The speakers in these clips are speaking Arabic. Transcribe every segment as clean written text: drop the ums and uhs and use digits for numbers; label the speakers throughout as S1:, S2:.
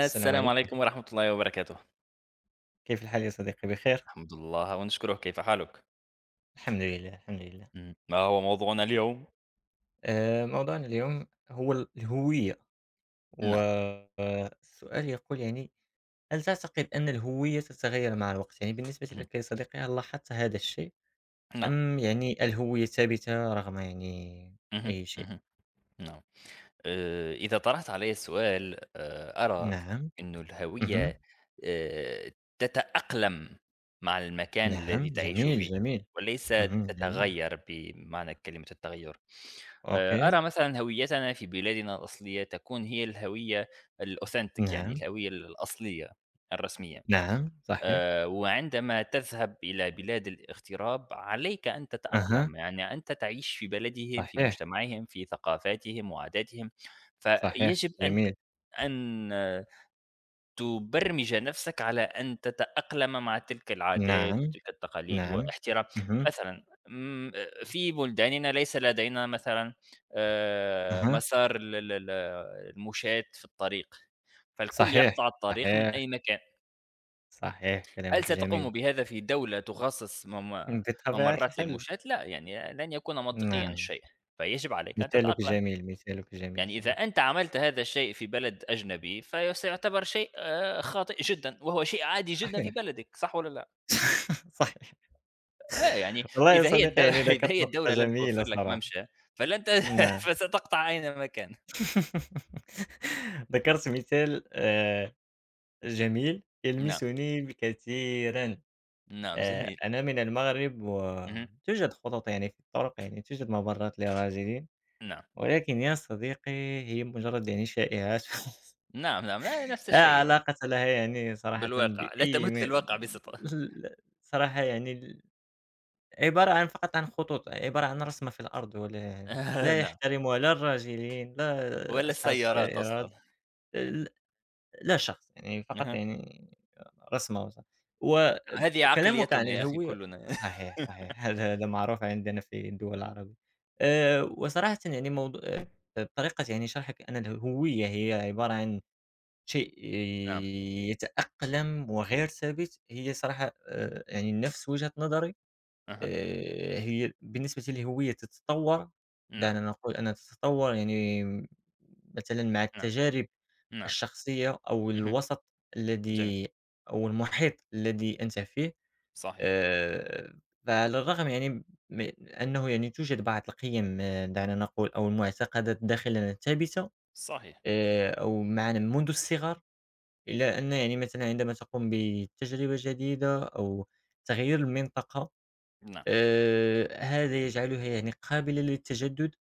S1: السلام عليكم،
S2: عليكم ورحمة الله وبركاته.
S1: كيف الحال يا صديقي بخير؟
S2: الحمد لله ونشكره. كيف حالك؟
S1: الحمد لله، الحمد لله.
S2: مم. ما هو موضوعنا اليوم؟
S1: موضوعنا اليوم هو الهوية،
S2: نعم.
S1: والسؤال يقول يعني هل تعتقد أن الهوية تتغير مع الوقت؟ يعني بالنسبة
S2: مهم.
S1: لك يا صديقي هل لاحظت هذا الشيء؟
S2: نعم.
S1: أم يعني الهوية ثابتة رغم يعني
S2: مهم.
S1: أي شيء؟
S2: مهم. نعم. إذا طرحت علي السؤال، أرى
S1: نعم،
S2: أن
S1: اهم،
S2: الهوية آه، تتأقلم مع المكان
S1: نعم،
S2: الذي تعيش
S1: جميل،
S2: فيه
S1: جميل،
S2: وليس
S1: اهم، جميل،
S2: تتغير بمعنى كلمة التغير.
S1: أوكي،
S2: أرى مثلا هويتنا في بلادنا الأصلية تكون هي الهوية الأوثنتيك، يعني
S1: نعم،
S2: الهوية الأصلية الرسمية.
S1: نعم، صحيح،
S2: وعندما تذهب إلى بلاد الاغتراب عليك أن
S1: أها،
S2: تتأقلم، يعني أنت تعيش في بلدهم، في
S1: صحيح،
S2: مجتمعهم، في ثقافاتهم وعاداتهم،
S1: صحيح،
S2: فيجب أن
S1: جميل،
S2: أن تبرمج نفسك على أن تتأقلم مع تلك العادات
S1: نعم،
S2: وتلك التقاليد
S1: نعم،
S2: واحترام.
S1: اهم.
S2: مثلًا في بلداننا ليس لدينا مثلًا،
S1: أها.
S2: مسار ال ال ال المشاة في الطريق، فالكل يقطع
S1: صحيح،
S2: الطريق من
S1: صحيح،
S2: أي مكان.
S1: صحيح
S2: هل
S1: كلامك جميل،
S2: ستقوم بهذا في دولة تخصص
S1: بطبيعة
S2: ممرات
S1: الحال.
S2: للمشاة؟ لا، يعني لن يكون منطقيًا
S1: نعم،
S2: الشيء، فيجب عليك أن
S1: مثالك
S2: تتأقلم.
S1: جميل، مثالك جميل
S2: يعني إذا
S1: صراحة.
S2: أنت عملت هذا الشيء في بلد أجنبي فسيعتبر شيء خاطئ جدًا، وهو شيء عادي جدًا في
S1: صحيح،
S2: بلدك، صح والّا لأ؟
S1: صحيح.
S2: يعني
S1: والله يا
S2: إذا هي الد
S1: صديقي يعني
S2: إذا
S1: ذكرت
S2: هي
S1: نقطة
S2: الدولة لم
S1: جميلة
S2: توفر لك
S1: صراحة.
S2: ممشى فلن
S1: نعم.
S2: فستقطع أينما كان.
S1: ذكرت مثال جميل
S2: نعم،
S1: يلمسني بكثيرًا.
S2: نعم، جميل،
S1: أنا من المغرب
S2: اهم،
S1: وتوجد خطوط يعني في الطرق، يعني توجد ممرات للراجلين،
S2: نعم،
S1: ولكن يا صديقي هي مجرد يعني شائعات.
S2: نعم، نعم، نفس
S1: لا
S2: الشيء يعني
S1: علاقة لها يعني صراحةً
S2: بالواقع، لا
S1: بأي م
S2: تمت للواقع بصِدق.
S1: ل صراحة يعني عبارة عن فقط عن خطوط، عبارة عن رسمة في الأرض ولا لا
S2: نعم،
S1: يحترمها لا الراجلين، لا
S2: ولا
S1: أصحاب
S2: السيارات أصلًا.
S1: السيارات، ل لا شخص، يعني فقط
S2: أها.
S1: يعني رسمة
S2: هذه
S1: وكلامك عن
S2: عقليتنا يا أخي
S1: الهوية
S2: كلنا.
S1: صحيح، صحيح هذا معروف عندنا في الدول العربية. وصراحةً يعني موضوع طريقة يعني شرحك أن الهوية هي عبارة عن شيء
S2: نعم.
S1: يتأقلم وغير ثابت، هي صراحة يعني نفس وجهة نظري
S2: أها.
S1: هي بالنسبة للهوية تتطور،
S2: نعم.
S1: دعنا نقول أنها تتطور يعني مثلًا مع
S2: نعم.
S1: التجارب
S2: نعم.
S1: الشخصية أو
S2: اهم.
S1: الوسط
S2: جميل.
S1: الذي أو المحيط الذي أنت فيه،
S2: صحيح.
S1: آآ فعلى الرغم يعني من أنه يعني توجد بعض القيم دعنا نقول أو المعتقدات داخلنا ثابتة
S2: صحيح.
S1: أو معنا منذ الصغر إلى أن يعني مثلًا عندما تقوم بتجربة جديدة أو تغيير المنطقة،
S2: نعم.
S1: هذا يجعلها يعني قابلة للتجدد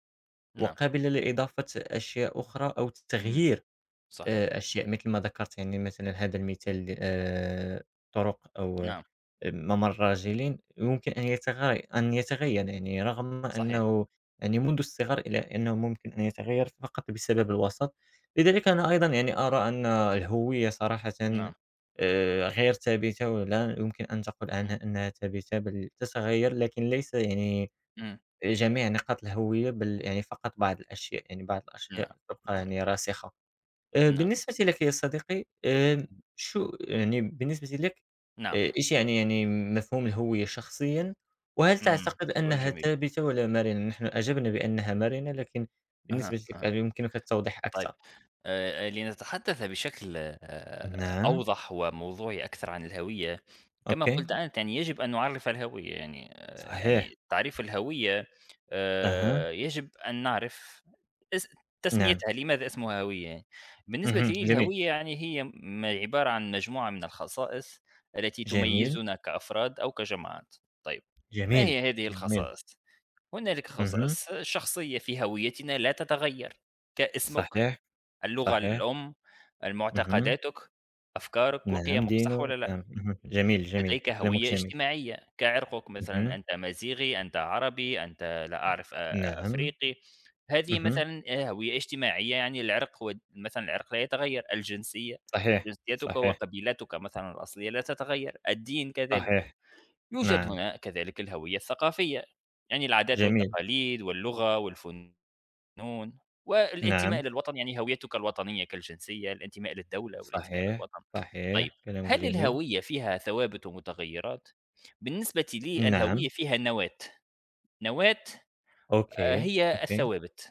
S2: نعم.
S1: وقابلة لإضافة أشياء أخرى أو
S2: إمم.
S1: تغيير
S2: صحيح.
S1: أشياء مثل ما ذكرت يعني مثلًا هذا المثال طرق أو
S2: نعم.
S1: ممر راجلٍ يمكن أن يتغيّر يعني رغم
S2: صحيح.
S1: أنه يعني منذ الصغر إلى أنه ممكن أن يتغيّر فقط بسبب الوسط، لذلك أنا أيضًا يعني أرى أن الهوية صراحةً
S2: نعم.
S1: غير ثابتة ولا يمكن أن تقول
S2: اهم.
S1: عنها أنها ثابتة بل تتغيّر، لكن ليس يعني
S2: إمم.
S1: جميع نقاط الهوية بل يعني فقط بعض الأشياء، يعني بعض
S2: نعم.
S1: الأشياء تبقى
S2: نعم.
S1: يعني راسخة.
S2: نعم.
S1: بالنسبة لك يا صديقي، شو يعني بالنسبة لك
S2: نعم.
S1: إيش يعني مفهوم الهوية شخصيًا؟ وهل
S2: إمم.
S1: تعتقد
S2: سؤال
S1: أنها
S2: جميل.
S1: ثابتة والّا مرنة؟ نحن أجبنا بأنها مرنة، لكن بالنسبة
S2: أها.
S1: لك هل
S2: أها.
S1: يمكنك التوضيح
S2: طيب،
S1: أكثر؟
S2: لنتحدث بشكل
S1: نعم،
S2: أوضح وموضوعي أكثر عن الهوية، كما قلت
S1: أوكي،
S2: أنت، يعني يجب أن نعرف الهوية، يعني
S1: صحيح،
S2: يعني تعريف الهوية.
S1: أها،
S2: يجب أن نعرف اس
S1: نعم،
S2: تسميتها، لماذا اسمها هوية؟ يعني بالنسبة
S1: اهم،
S2: لي
S1: جميل،
S2: الهوية، يعني هي عبارة عن مجموعة من الخصائص التي
S1: جميل،
S2: تميزنا كأفراد أو كجماعات. طيب، ما
S1: جميل،
S2: هي هذه
S1: جميل،
S2: الخصائص؟ هنالك
S1: اهم،
S2: خصائص شخصية في هويتنا لا تتغير، كاسمك،
S1: صحيح،
S2: اللغة
S1: صحيح،
S2: الأم،
S1: اهم،
S2: معتقداتك، أفكارك
S1: نعم
S2: وقيمك، صح
S1: دينه،
S2: والّا لأ؟
S1: نعم، اهم، جميل، جميل،
S2: لديك
S1: كلامك
S2: هوية
S1: جميل،
S2: اجتماعية، كعرقك، مثلًا
S1: اهم،
S2: أنت مزيغي، أنت عربي، أنت لا أعرف
S1: نعم،
S2: أفريقي. هذه
S1: اهم.
S2: مثلًا هوية اجتماعية، يعني العرق هو مثلًا، العرق لا يتغير، الجنسية،
S1: صحيح،
S2: جنسيتك
S1: صحيح،
S2: وقبيلتك مثلًا الأصلية لا تتغير، الدين كذلك.
S1: صحيح،
S2: يوجد
S1: نعم،
S2: هنا كذلك الهوية الثقافية، يعني العادات
S1: جميل،
S2: والتقاليد واللغة والفن نون، والانتماء
S1: نعم،
S2: للوطن، يعني هويتك الوطنية كالجنسية، الانتماء للدولة والانتماء
S1: صحيح،
S2: للوطن. طيب،
S1: صحيح، كلامك
S2: هل
S1: جميل،
S2: الهوية فيها ثوابت ومتغيرات؟ بالنسبة لي
S1: نعم،
S2: الهوية فيها نواة، نواة
S1: أوكي،
S2: هي
S1: أوكي،
S2: الثوابت،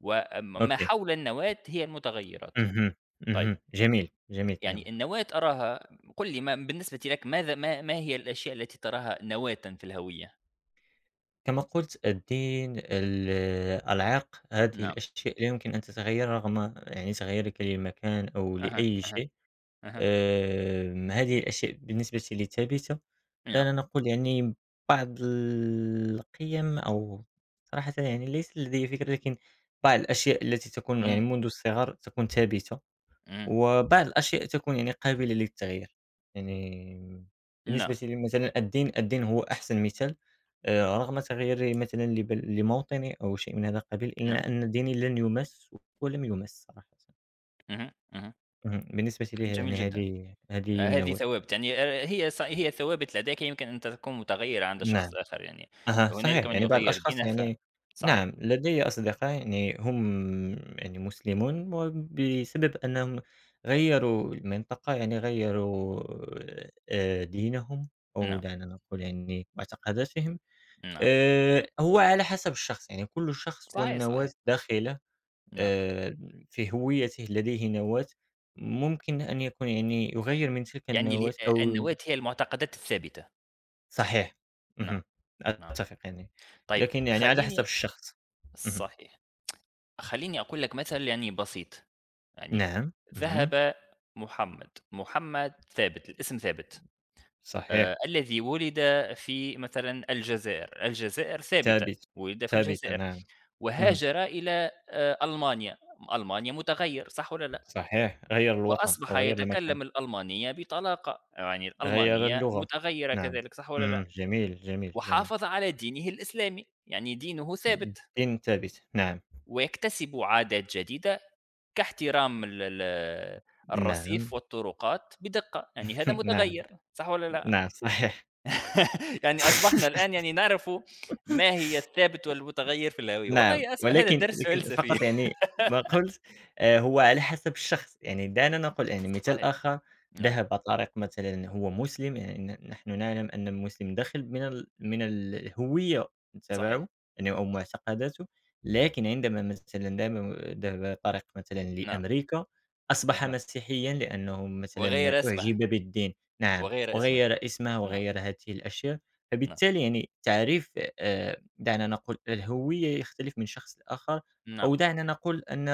S2: وم ما
S1: أوكي،
S2: حول النواة هي المتغيرات.
S1: اهم،
S2: طيب،
S1: اهم، جميل، جميل
S2: يعني
S1: كلامك،
S2: النواة أراها، قُل لي، ما بالنسبة لك، ماذا ما هي الأشياء التي تراها نواةً في الهوية؟
S1: كما قلت الدين، العرق، هذه
S2: نعم،
S1: الأشياء لا يمكن أن تتغير رغم يعني تغيرك للمكان أو
S2: أها،
S1: لأي
S2: أها،
S1: شيء.
S2: أها،
S1: هذه الأشياء بالنسبة لي ثابتة،
S2: نعم،
S1: دعنا نقول يعني بعض القِيَم أو صراحةً يعني ليس لدي فكرة، لكن بعض الأشياء التي تكون يعني
S2: إمم،
S1: منذ الصغر تكون ثابتة،
S2: إمم،
S1: وبعض الأشياء تكون يعني قابلة للتغيير. يعني بالنسبة
S2: نعم،
S1: لي مثلًا الدين، الدين هو أحسن مثال، رغم تغييري مثلًا لموطني أو شيء من هذا القبيل،
S2: نعم،
S1: إلا أن ديني لن يُمَس ولم يُمَس صراحةً.
S2: اهم، اهم،
S1: اهم، بالنسبة لي
S2: جميل
S1: يعني
S2: جدًا.
S1: هذه
S2: هذه
S1: النواة.
S2: ثوابت، يعني هي هي ثوابت لديك يمكن أن تكون متغيّرة عند شخص
S1: نعم،
S2: آخر يعني،
S1: أها،
S2: هنالك
S1: صحيح،
S2: من
S1: يعني بعض
S2: يغيّر
S1: الأشخاص
S2: دينه
S1: يعني
S2: صحيح،
S1: نعم، لدي أصدقاء يعني هم يعني مسلمون وبسبب أنهم غيّروا المنطقة، يعني غيّروا دينهم أو
S2: نعم،
S1: دعنا نقول يعني معتقداتهم،
S2: نعم،
S1: هو على حسب الشخص، يعني كل شخص
S2: صحيح،
S1: والنواة
S2: صحيح،
S1: داخله
S2: نعم،
S1: آآ في هويته لديه نواة ممكن أن يكون يعني يغيّر من تلك
S2: يعني اله
S1: النواة أو
S2: النواة هي المعتقدات الثابتة،
S1: صحيح،
S2: نعم،
S1: اهم،
S2: نعم،
S1: أتفق يعني،
S2: طيب
S1: لكن يعني على حسب
S2: خلّيني.
S1: الشخص. اهم،
S2: صحيح. خلّيني أقول لك مثل يعني بسيط، يعني
S1: نعم، اهم،
S2: ذهب محمد، محمد ثابت، الاسم ثابت.
S1: صحيح،
S2: الذي ولد في مثلًا الجزائر، الجزائر ثابتة،
S1: ثابت،
S2: ولد في
S1: ثابتة
S2: الجزائر،
S1: نعم، اهم،
S2: وهاجر إلى ألمانيا، ألمانيا متغيّر صح والّا لأ؟
S1: صحيح، غيّر الوطن
S2: وأصبح
S1: أو غيّر المكان،
S2: يتكلم الألمانية بطلاقة، يعني
S1: غيّر
S2: الألمانية
S1: اللغة،
S2: متغيّرة
S1: نعم،
S2: كذلك صح والّا
S1: إمم،
S2: لأ؟
S1: جميل، جميل، جميل،
S2: وحافظ على دينه الإسلامي، يعني دينه ثابت.
S1: الدين ثابت، نعم،
S2: ويكتسب عادات جديدة كاحترام ال ال
S1: نعم،
S2: الرصيف والطرقات بدقة، يعني هذا
S1: نعم،
S2: متغيّر صح والّا لأ؟
S1: نعم، صحيح.
S2: يعني أصبحنا الآن يعني نعرف ما هي الثابت والمتغيّر في الهوية.
S1: نعم،
S2: والله أسمع هذا
S1: ولكن
S2: درس
S1: لكن
S2: فلسفي.
S1: فقط يعني ما قُلت هو على حسب الشخص، يعني دعنا نقل يعني مثال
S2: صحيح،
S1: آخر
S2: نعم،
S1: ذهب طريق مثلًا هو مسلم، يعني نحن نعلم أن المسلم داخل من الهوية تبعه
S2: صحيح،
S1: يعني أو معتقداته، لكن عندما مثلًا ذهب طريق مثلًا
S2: نعم،
S1: لأمريكا، أصبح
S2: أها،
S1: مسيحيًا لأنه مثلًا
S2: وغير اسمه،
S1: أُعجب بالدين، نعم،
S2: وغير اسمه،
S1: وغيّر اسمه
S2: نعم،
S1: وغيّر هذه الأشياء،
S2: نعم،
S1: فبالتالي يعني تعريف آآ دعنا نقول الهوية يختلف من شخص لآخر،
S2: نعم،
S1: أو دعنا نقول أن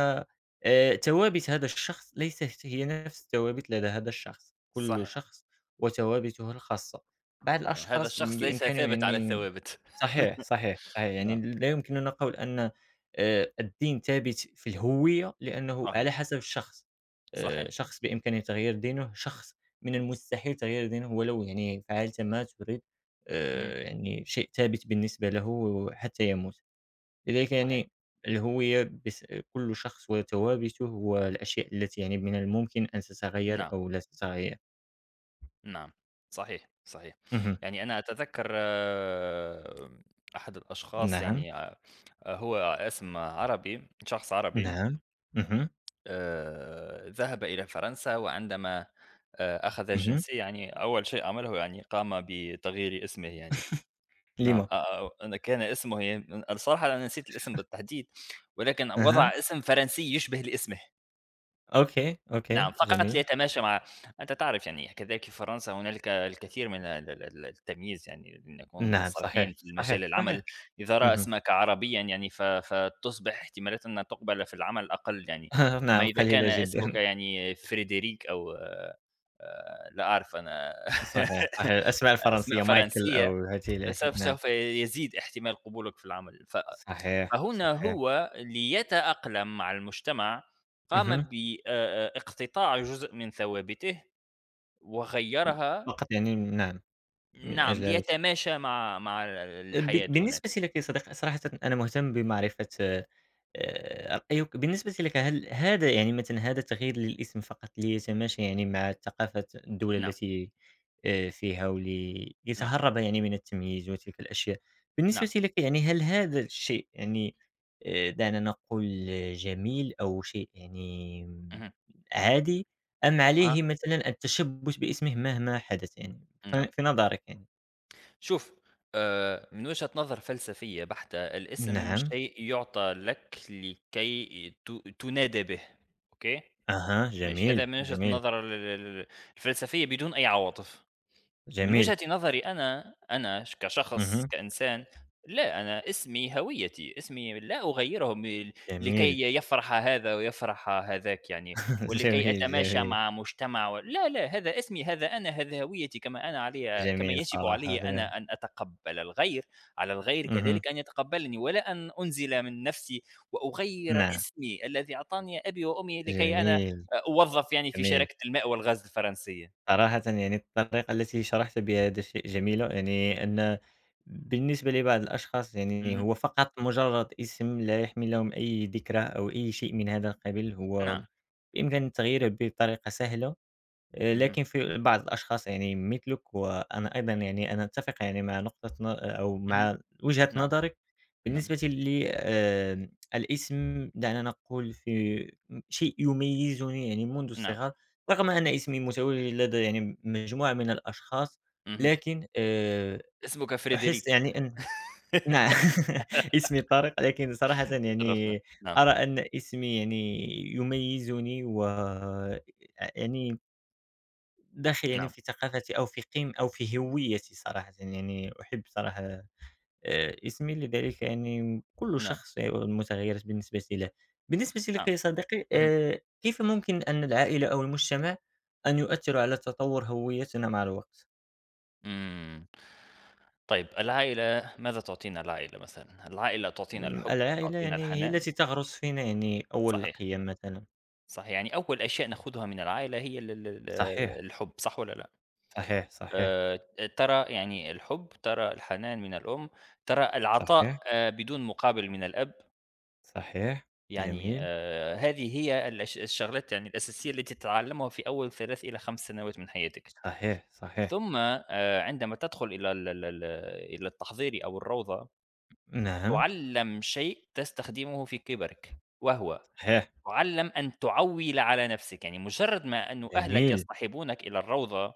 S1: توابِت هذا الشخص ليست هي نفس توابِت لدى هذا الشخص، كل
S2: صحيح،
S1: شخص وتوابِته الخاصة، بعض
S2: هذا
S1: الأشخاص
S2: الشخص ليس
S1: بإمكانهم
S2: ثابت على
S1: يعني
S2: الثوابت،
S1: صحيح، صحيح، صحيح، يعني
S2: نعم،
S1: لا يمكننا قول أن الدين ثابت في الهوية لأنه على
S2: صحيح،
S1: حسب الشخص،
S2: صحيح،
S1: شخص بإمكانه تغيير دينه، شخص من المستحيل تغيير دينه ولو يعني فعلت ما تريد.
S2: اهم،
S1: يعني شيء ثابت بالنسبة له حتى يموت. لذلك
S2: صحيح،
S1: يعني الهوية بس كل شخص وثوابته والأشياء التي يعني من الممكن أن تتغيّر
S2: نعم،
S1: أو لا تتغيّر.
S2: نعم، صحيح، صحيح،
S1: اهم.
S2: يعني أنا أتذكّر أحد الأشخاص،
S1: نعم،
S2: يعني هو اسم عربي، شخص عربي،
S1: نعم. اهم،
S2: ذهب إلى فرنسا، وعندما أخذ
S1: اهم.
S2: الجنسية يعني أول شيء عمله يعني قام بتغيير اسمه يعني، نعم
S1: لِمَ؟
S2: أن كان اسمه الصراحة أنا نسيت الاسم بالتحديد، ولكن وضع
S1: أها.
S2: اسم فرنسي يشبه لاسمه.
S1: أوكي، أوكي،
S2: نعم، فقط
S1: جميل.
S2: ليتماشى مع أنت تعرف، يعني كذلك في فرنسا هنالك الكثير من ال التمييز، يعني لنكون
S1: نعم
S2: صريحين
S1: صحيح،
S2: في مجال
S1: صحيح، صحيح.
S2: العمل، إذا رأى
S1: اهم.
S2: اسمك عربيًا يعني فتصبح احتمالات أن تُقبل في العمل أقل يعني، أما
S1: نعم
S2: إذا
S1: قليلة
S2: كان اسمك
S1: جدًا.
S2: يعني فريدريك أو لا أعرف أنا.
S1: صحيح، صحيح. الأسماء
S2: أسماء
S1: الفرنسية مايكل
S2: فرنسية،
S1: أو هذه الأشياء.
S2: فسوف
S1: نعم.
S2: سوف يزيد احتمال قبولك في العمل.
S1: صحيح،
S2: فهنا
S1: صحيح.
S2: هو ليتأقلم مع المجتمع،
S1: اهم.
S2: قام باقتطاع جزء من ثوابته وغيّرها،
S1: فقط يعني نعم، من
S2: نعم،
S1: أجل هذا الش
S2: ليتماشى مع
S1: ب
S2: الحياة هناك.
S1: بالنسبة لك يا صديقي صراحةً أنا مهتم بمعرفة رأيك بالنسبة لك هل هذا يعني مثلًا هذا التغيير للاسم فقط ليتماشى يعني مع ثقافة الدولة
S2: نعم،
S1: التي فيها ولي
S2: نعم،
S1: ليتهرب يعني من التمييز وتلك الأشياء،
S2: نعم.
S1: بالنسبة لك يعني هل هذا الشيء يعني دعنا نقول جميل أو شيء يعني
S2: اهم.
S1: عادي، أم
S2: أها،
S1: عليه مثلًا التشبث باسمه مهما حدث يعني
S2: نعم.
S1: في نظرك يعني؟
S2: شوف، من وجهة نظر فلسفية بحتة، الاسم
S1: نعم.
S2: شيء يُعطى لك لكي تُنادى به، أوكي؟
S1: أها،
S2: ماشي، هذا
S1: جميل،
S2: من وجهة
S1: جميل،
S2: النظر ال ال الفلسفية بدون أي عواطف. من
S1: جميل،
S2: وجهة نظري أنا، أنا ش كشخص،
S1: اهم،
S2: كإنسان، لا، أنا اسمي هويتي، اسمي لا أغيّره
S1: جميل،
S2: لكي يفرح هذا ويفرح هذاك يعني، ولكي
S1: جميل،
S2: أتماشى
S1: جميل،
S2: مع مجتمع. و لا، لا، هذا اسمي، هذا أنا، هذا هويتي كما أنا، علي كما
S1: جميل
S2: يجب علي
S1: صراحة، جميل،
S2: أنا أن أتقبّل الغير، على الغير
S1: اهم،
S2: كذلك أن يتقبّلني، ولا أن أنزل من نفسي وأغيّر
S1: نعم،
S2: اسمي الذي أعطاني أبي وأمي لكي أنا
S1: جميل،
S2: أوظّف يعني في
S1: جميل،
S2: شركة الماء والغاز الفرنسية.
S1: صراحةً يعني الطريقة التي شرحت بها هذا الشيء جميلة، يعني أن بالنسبة لبعض الأشخاص يعني
S2: اهم،
S1: هو فقط مجرد اسم لا يحمل لهم أي ذكرى أو أي شيء من هذا القبيل، هو
S2: نعم،
S1: بإمكان تغييره بطريقة سهلة.
S2: اهم،
S1: لكن في بعض الأشخاص يعني مثلِك، وأنا أيضًا يعني أنا أتفق يعني مع نقطة ن أو
S2: اهم.
S1: مع وجهة
S2: نعم،
S1: نظرِك
S2: نعم،
S1: بالنسبة لي الاسم دعنا نقول في شيء يميزني يعني منذ
S2: نعم،
S1: الصغر، رغم أن اسمي متوج لدى يعني مجموعة من الأشخاص،
S2: اهم،
S1: لكن
S2: اسمك
S1: أحس
S2: فريدريك.
S1: يعني أن نعم اسمي طارق، لكن صراحةً
S2: تشرفنا،
S1: يعني
S2: نعم،
S1: أرى أن اسمي يعني يميزني و يعني داخل يعني
S2: نعم،
S1: في ثقافتي أو في قيم أو في هويتي صراحةً، يعني أحب صراحة اسمي، لذلك يعني كل
S2: نعم،
S1: شخص والمتغيرات بالنسبة له. بالنسبة لك
S2: نعم،
S1: يا صديقي،
S2: اهم،
S1: كيف ممكن أن العائلة أو المجتمع أن يؤثروا على تطور هويتنا مع الوقت؟
S2: إمم. طيب، العائلة ماذا تعطينا العائلة مثلًا؟ العائلة تعطينا الحب،
S1: العائلة
S2: تعطينا
S1: يعني هي
S2: الحنان،
S1: التي تغرس فينا يعني أول
S2: صحيح،
S1: القيم مثلًا.
S2: صحيح، يعني أول أشياء ناخدها من العائلة هي ال
S1: صحيح،
S2: الحب صح والّا لأ؟
S1: صحيح، صحيح،
S2: آآ، ترى يعني الحب، ترى الحنان من الأم، ترى العطاء،
S1: صحيح،
S2: بدون مقابل من الأب.
S1: صحيح.
S2: يعني
S1: جميل.
S2: هذه هي الشغلات يعني الأساسية التي تتعلمها في أول 3 إلى 5 سنوات من حياتك.
S1: صحيح، صحيح.
S2: ثم عندما تدخل إلى ال ال ال إلى التحضيري أو الروضة،
S1: نعم.
S2: تُعلَّم شيء تستخدمه في كبرك، وهو
S1: صحيح.
S2: تُعلَّم أن تعوِّل على نفسك، يعني مجرد ما أنه أهلك
S1: جميل.
S2: يصطحبونك إلى الروضة،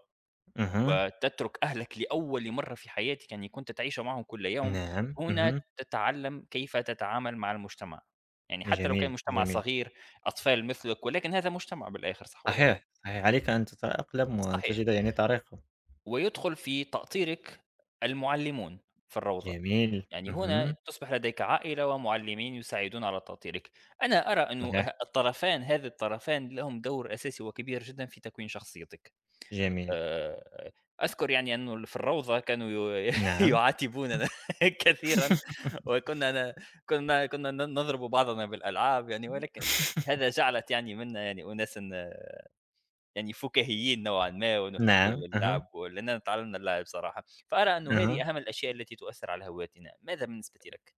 S1: أها.
S2: وتترك أهلك لأول مرّة في حياتك، يعني كنت تعيش معهم كل يوم،
S1: نعم،
S2: هنا
S1: اهم،
S2: تتعلم كيف تتعامل مع المجتمع، يعني حتى لو كان
S1: جميل،
S2: مجتمع
S1: جميل،
S2: صغير، أطفال مثلك، ولكن هذا مجتمع بالآخر صح والّا لأ؟
S1: صحيح، صحيح، عليك أن تتأقلم وأن
S2: صحيح،
S1: تجد يعني طريقة،
S2: ويدخل في تأطيرك المعلمون في الروضة،
S1: جميل،
S2: يعني هنا
S1: اهم،
S2: تصبح لديك عائلة ومعلمين يساعدون على تأطيرك. أنا أرى أنه ه
S1: صحيح،
S2: الطرفان هذا الطرفان لهم دور أساسي وكبير جدًا في تكوين شخصيتك.
S1: جميل،
S2: آآ، أذكر يعني أنه في الروضة كانوا ي
S1: نعم،
S2: يعاتبوننا كثيرًا، وكنا ن كنا كنا ن نضرب بعضنا بالألعاب يعني، ولكن هذا جعلت يعني منا يعني أناسًا يعني فكاهيين نوعًا ما، ونحب
S1: نعم، أها،
S2: اللعب، ولأننا تعلمنا اللعب صراحة، فأرى أنه
S1: أها،
S2: هذه أهم الأشياء التي تؤثر على هويتنا، ماذا بالنسبة لك؟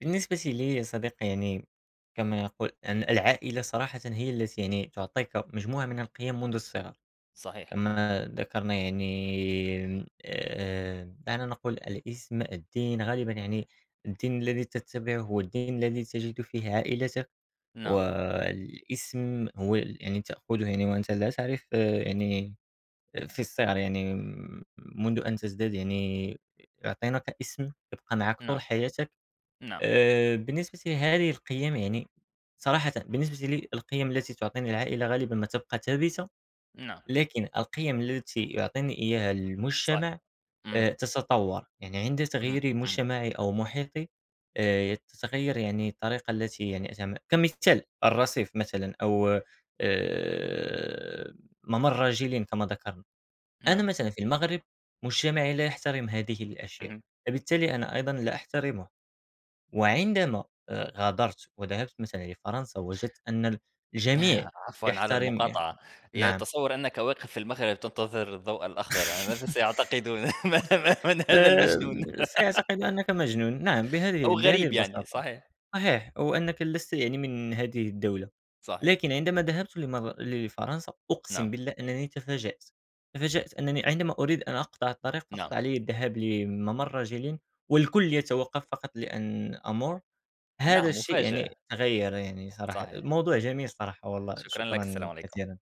S1: بالنسبة لي يا صديقي يعني كما يقول أن العائلة صراحةً هي التي يعني تعطيك مجموعة من القيم منذ الصغر،
S2: صحيح،
S1: كما ذكرنا يعني دعنا نقول الاسم، الدين، غالبًا يعني الدين الذي تتبعه هو الدين الذي تجد فيه عائلتك.
S2: نعم،
S1: والاسم هو يعني تأخذه يعني وأنت لا تعرف يعني في الصغر يعني منذ أن تزداد يعني يعطينك اسم يبقى معك
S2: نعم،
S1: طول حياتك.
S2: نعم،
S1: بالنسبة لهذه القيم يعني صراحةً بالنسبة لي القيم التي تعطيني العائلة غالبًا ما تبقى ثابتة،
S2: نعم،
S1: لكن القيم التي يعطيني إياها
S2: صحيح،
S1: المجتمع
S2: إمم،
S1: تتطور، يعني عند
S2: إمم،
S1: تغيير
S2: إمم،
S1: مجتمعي أو محيطي تتغير يعني الطريقة التي يعني أتعامل كمثال الرصيف مثلًا أو آآ ممر جيلٍ كما ذكرنا، أنا
S2: نعم،
S1: مثلًا في المغرب مجتمعي لا يحترم هذه الأشياء،
S2: اهم.
S1: فبالتالي أنا أيضًا لا أحترمه، وعندما غادرت وذهبت مثلًا لفرنسا وجدت أن الجميع
S2: عفوًا على
S1: يحترم
S2: المقاطعة،
S1: نعم،
S2: أتصور أنك واقف في المغرب تنتظر الضوء الأخضر، يعني ماذا سيعتقدون؟ ما من هذا
S1: آآ
S2: المجنون
S1: سيعتقد أنك مجنون، نعم
S2: أو
S1: بهذه
S2: غريب يعني،
S1: البساطة.
S2: صحيح،
S1: صحيح، وأنك لست يعني من هذه الدولة،
S2: صحيح،
S1: لكن عندما ذهبت لفرنسا
S2: نعم،
S1: أقسم بالله أنني تفاجأت، تفاجأت أنني عندما أريد أن أقطع الطريق
S2: نعم،
S1: فقط علي الذهاب لممر رجل والكل يتوقف فقط لأن أمر، هذا
S2: نعم
S1: الشيء
S2: مفاجأة،
S1: يعني تغير يعني صراحة،
S2: صحيح،
S1: موضوع جميل صراحة والله،
S2: شكرًا لك، السلام
S1: شكرًا
S2: عليكم.
S1: كثيرًا.